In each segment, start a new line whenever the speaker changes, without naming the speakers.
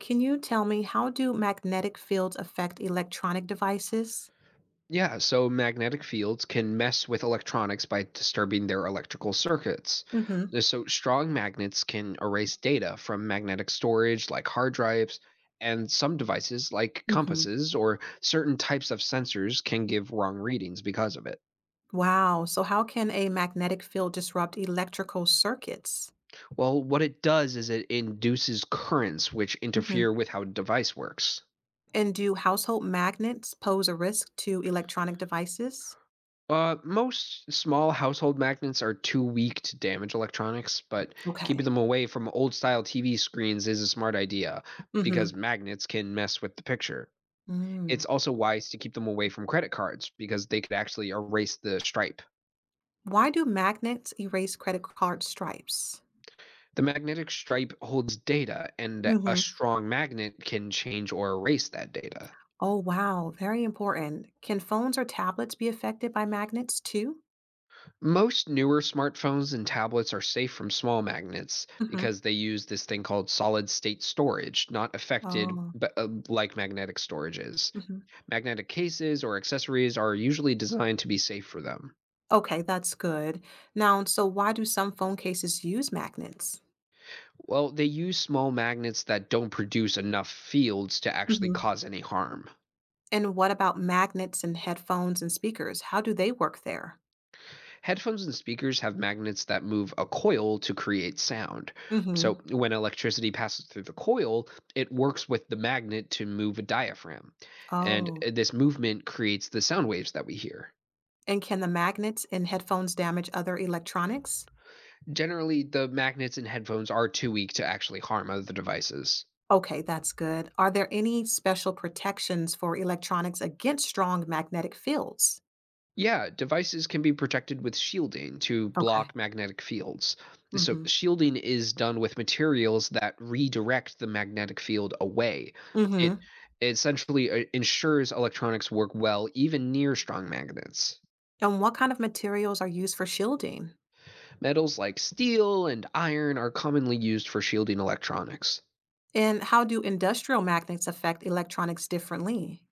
Can you tell me, how do magnetic fields affect electronic devices?
Yeah, so magnetic fields can mess with electronics by disturbing their electrical circuits.
Mhm.
Strong magnets can erase data from magnetic storage, like hard drives, and some devices, like
Mhm.
compasses or certain types of sensors, can give wrong readings because of it.
Wow. So how can a magnetic field disrupt electrical circuits?
Well, what it does is it induces currents which
Mhm.
interfere with how a device works.
And do household magnets pose a risk to electronic devices?
Most small household magnets are too weak to damage electronics, but keeping
Okay.
them away from old style TV screens is a smart idea
Mhm.
because magnets can mess with the picture. It's
Mm.
also wise to keep them away from credit cards because they could actually erase the stripe.
Why do magnets erase credit card stripes?
The magnetic stripe holds data, and a
Mhm.
strong magnet can change or erase that data.
Oh, wow. Very important. Can phones or tablets be affected by magnets too?
Most newer smartphones and tablets are safe from small magnets
Mhm.
because they use this thing called solid state storage, not affected
Oh.
but, like magnetic storage is.
Mhm.
Magnetic cases or accessories are usually designed to be safe for them.
Okay, that's good. Now, so why do some phone cases use magnets?
Well, they use small magnets that don't produce enough fields to actually
Hmm.
cause any harm.
And what about magnets and headphones and speakers? How do they work there?
Headphones and speakers have magnets that move a coil to create sound.
Hmm.
So, when electricity passes through the coil, it works with the magnet to move a diaphragm. And
Oh,
this movement creates the sound waves that we hear.
and can the magnets in headphones damage other electronics?
Generally, the magnets in headphones are too weak to actually harm other devices.
Okay, that's good. Are there any special protections for electronics against strong magnetic fields?
Yeah, devices can be protected with shielding to block
Okay.
magnetic fields. So,
Hmm.
shielding is done with materials that redirect the magnetic field away. It
Hmm.
essentially ensures electronics work well even near strong magnets.
And what kind of materials are used for shielding?
Metals like steel and iron are commonly used for shielding electronics.
And how do industrial magnets affect electronics differently?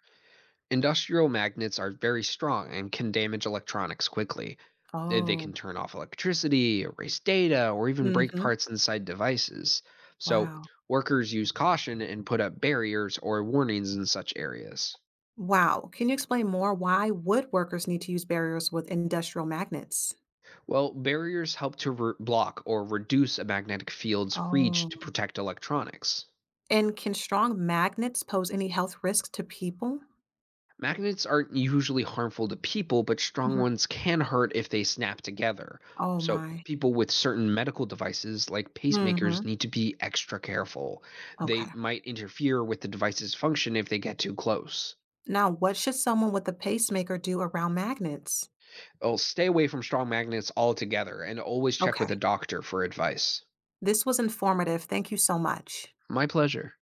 Industrial magnets are very strong and can damage electronics quickly. They can
Oh.
turn off electricity, erase data, or even break
Mhm.
parts inside devices. So,
Wow.
workers use caution and put up barriers or warnings in such areas.
Wow. Can you explain more why wood workers need to use barriers with industrial magnets?
Well, barriers help to block or reduce a magnetic field's reach to
Oh.
protect electronics.
And can strong magnets pose any health risks to people?
Magnets aren't usually harmful to people, but strong
Mhm.
ones can hurt if they snap together.
Oh
So,
my.
people with certain medical devices like pacemakers
Hmm.
need to be extra careful. They
Okay.
might interfere with the device's function if they get too close.
Now, what should someone with a pacemaker do around magnets?
Oh, stay away from strong magnets altogether and always check with a
Okay.
doctor for advice.
This was informative. Thank you so much.
My pleasure.